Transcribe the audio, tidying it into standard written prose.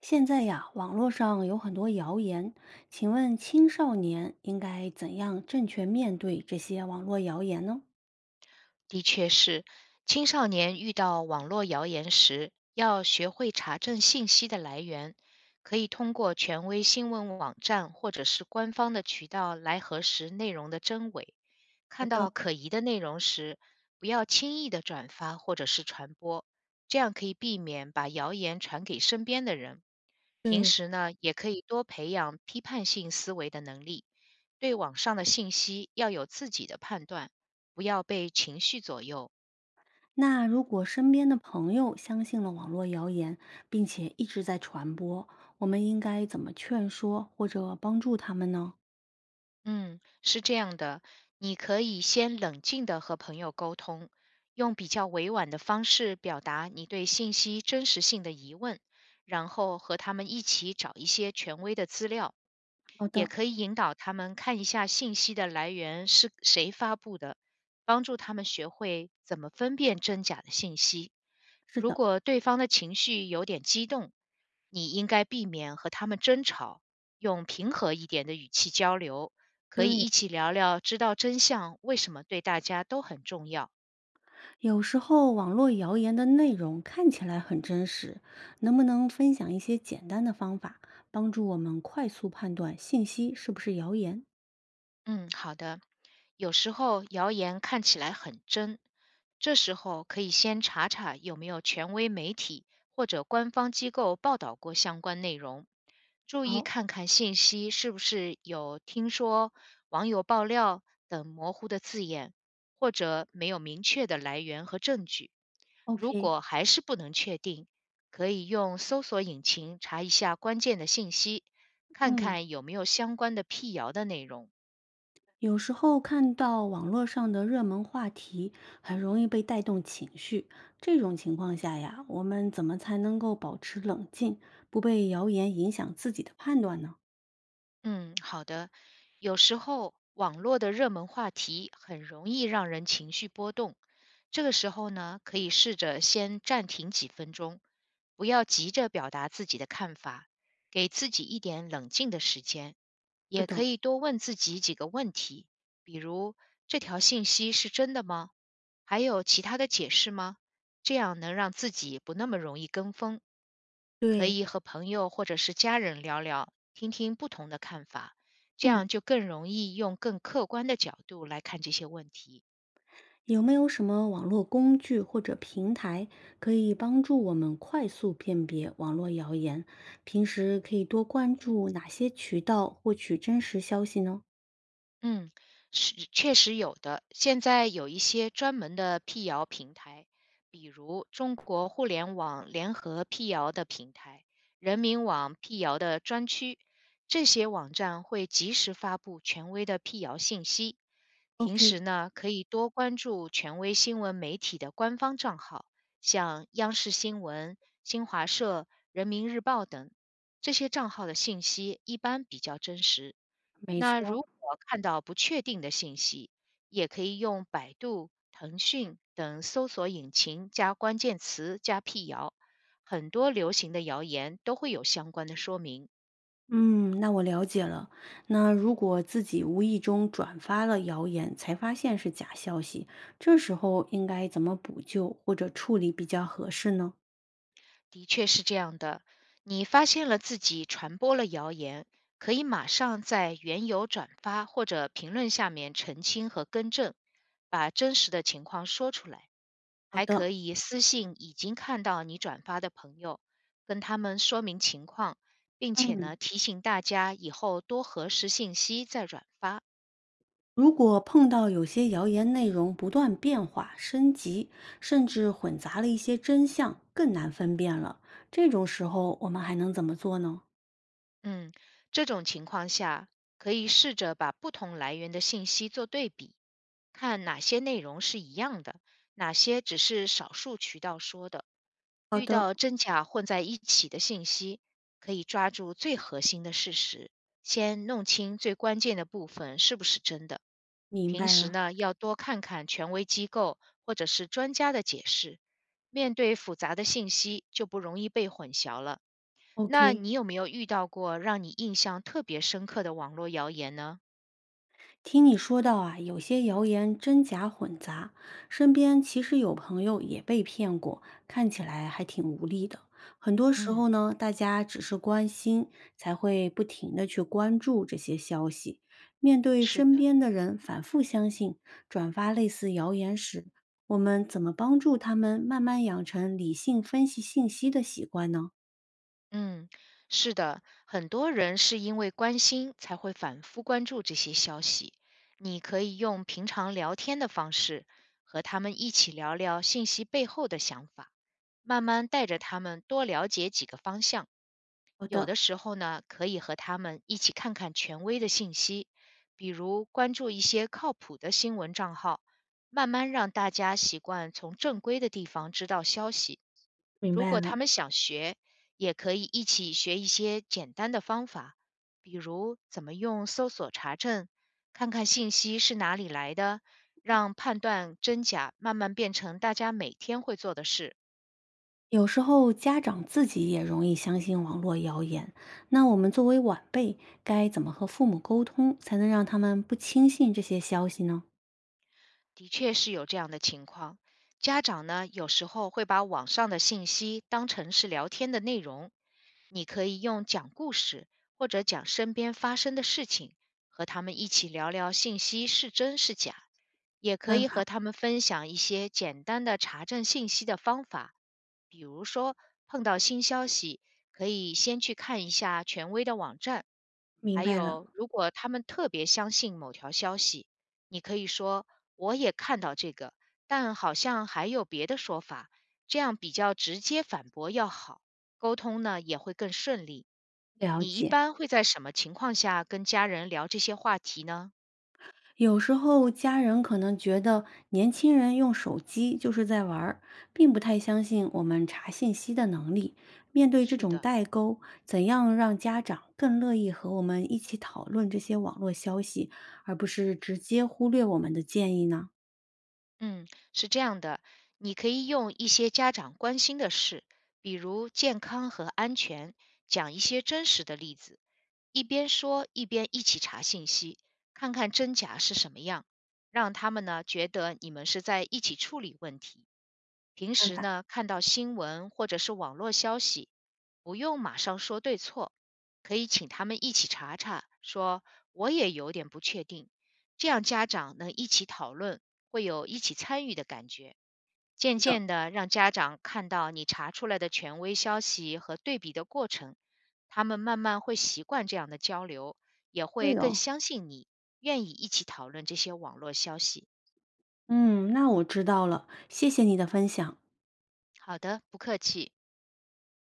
现在呀，网络上有很多谣言，请问青少年应该怎样正确面对这些网络谣言呢？的确是，青少年遇到网络谣言时，要学会查证信息的来源，可以通过权威新闻网站或者是官方的渠道来核实内容的真伪。看到可疑的内容时，不要轻易的转发或者是传播，这样可以避免把谣言传给身边的人。平对。时呢，也可以多培养批判性思维的能力，对网上的信息要有自己的判断。不要被情绪左右。那如果身边的朋友相信了网络谣言，并且一直在传播，我们应该怎么劝说或者帮助他们呢？嗯，是这样的，你可以先冷静的和朋友沟通，用比较委婉的方式表达你对信息真实性的疑问，然后和他们一起找一些权威的资料，好也的。可以引导他们看一下信息的来源是谁发布的，帮助他们学会怎么分辨真假的信息。是如的。果对方的情绪有点激动，你应该避免和他们争吵，用平和一点的语气交流，可以对。一起聊聊知道真相为什么对大家都很重要。有时候网络谣言的内容看起来很真实，能不能分享一些简单的方法，帮助我们快速判断信息是不是谣言？嗯，好的。有时候谣言看起来很真，这时候可以先查查有没有权威媒体或者官方机构报道过相关内容，注意好。看看信息是不是有“听说”“网友爆料”等模糊的字眼，或者没有明确的来源和证据。如 OK。果还是不能确定，可以用搜索引擎查一下关键的信息，看嗯。看有没有相关的辟谣的内容。有时候看到网络上的热门话题，很容易被带动情绪。这种情况下呀，我们怎么才能够保持冷静，不被谣言影响自己的判断呢？嗯，好的。有时候网络的热门话题很容易让人情绪波动，这个时候呢，可以试着先暂停几分钟，不要急着表达自己的看法，给自己一点冷静的时间。是也可的。以多问自己几个问题，比如这条信息是真的吗？还有其他的解释吗？这样能让自己不那么容易跟风。可对。以和朋友或者是家人聊聊，听听不同的看法，这嗯，样就更容易用更客观的角度来看这些问题。有没有什么网络工具或者平台可以帮助我们快速辨别网络谣言？平时可以多关注哪些渠道获取真实消息呢？嗯，是确实有的。现在有一些专门的辟谣平台，比如中国互联网联合辟谣的平台、人民网辟谣的专区，这些网站会及时发布权威的辟谣信息。平时 OK。呢，可以多关注权威新闻媒体的官方账号，像央视新闻、新华社、人民日报等，这些账号的信息一般比较真实。没那错。如果看到不确定的信息，也可以用百度、腾讯等搜索引擎加关键词加辟谣，很多流行的谣言都会有相关的说明。嗯，那我了解了。那如果自己无意中转发了谣言，才发现是假消息，这时候应该怎么补救或者处理比较合适呢？的确是这样的，你发现了自己传播了谣言，可以马上在原有转发或者评论下面澄清和更正，把真实的情况说出来。好还的。可以私信已经看到你转发的朋友，跟他们说明情况，并且嗯，呢提醒大家以后多核实信息再转发。如果碰到有些谣言内容不断变化、升级，甚至混杂了一些真相，更难分辨了，这种时候我们还能怎么做呢？嗯，这种情况下，可以试着把不同来源的信息做对比，看哪些内容是一样的，哪些只是少数渠道说的。好遇的。到真假混在一起的信息，可以抓住最核心的事实，先弄清最关键的部分是不是真的。明平白时了呢，要多看看权威机构或者是专家的解释，面对复杂的信息就不容易被混淆了。那，OK。你有没有遇到过让你印象特别深刻的网络谣言呢？听你说到啊，有些谣言真假混杂，身边其实有朋友也被骗过，看起来还挺无力的。很多时嗯，候呢，大家只是关心，才会不停的去关注这些消息。面对是身的，边的人反复相信、转发类似谣言时，我们怎么帮助他们慢慢养成理性分析信息的习惯呢？嗯，是的，很多人是因为关心才会反复关注这些消息。你可以用平常聊天的方式和他们一起聊聊信息背后的想法，慢慢带着他们多了解几个方向。好有的。的时候呢，可以和他们一起看看权威的信息，比如关注一些靠谱的新闻账号，慢慢让大家习惯从正规的地方知道消息。明如白果了。他们想学，也可以一起学一些简单的方法，比如怎么用搜索查证，看看信息是哪里来的，让判断真假慢慢变成大家每天会做的事。有时候家长自己也容易相信网络谣言，那我们作为晚辈，该怎么和父母沟通，才能让他们不轻信这些消息呢？的确是有这样的情况。家长呢，有时候会把网上的信息当成是聊天的内容，你可以用讲故事或者讲身边发生的事情，和他们一起聊聊信息是真是假，也可办以和法。他们分享一些简单的查证信息的方法，比如说碰到新消息，可以先去看一下权威的网站。明还白了。有，如果他们特别相信某条消息，你可以说我也看到这个，但好像还有别的说法，这样比较直接反驳要好。沟通呢也会更顺利。了你一解。般会在什么情况下跟家人聊这些话题呢？有时候家人可能觉得年轻人用手机就是在玩儿，并不太相信我们查信息的能力。面对这是种的，代沟，怎样让家长更乐意和我们一起讨论这些网络消息，而不是直接忽略我们的建议呢？嗯，是这样的，你可以用一些家长关心的事，比如健康和安全，讲一些真实的例子，一边说一边一起查信息，看看真假是什么样，让他们呢觉得你们是在一起处理问题。平办时法。呢，看到新闻或者是网络消息，不用马上说对错，可以请他们一起查查，说我也有点不确定，这样家长能一起讨论，会有一起参与的感觉。渐等。渐的，让家长看到你查出来的权威消息和对比的过程，他们慢慢会习惯这样的交流，也会对更哦。相信你，愿意一起讨论这些网络消息。嗯，那我知道了，谢谢你的分享。好的，不客气。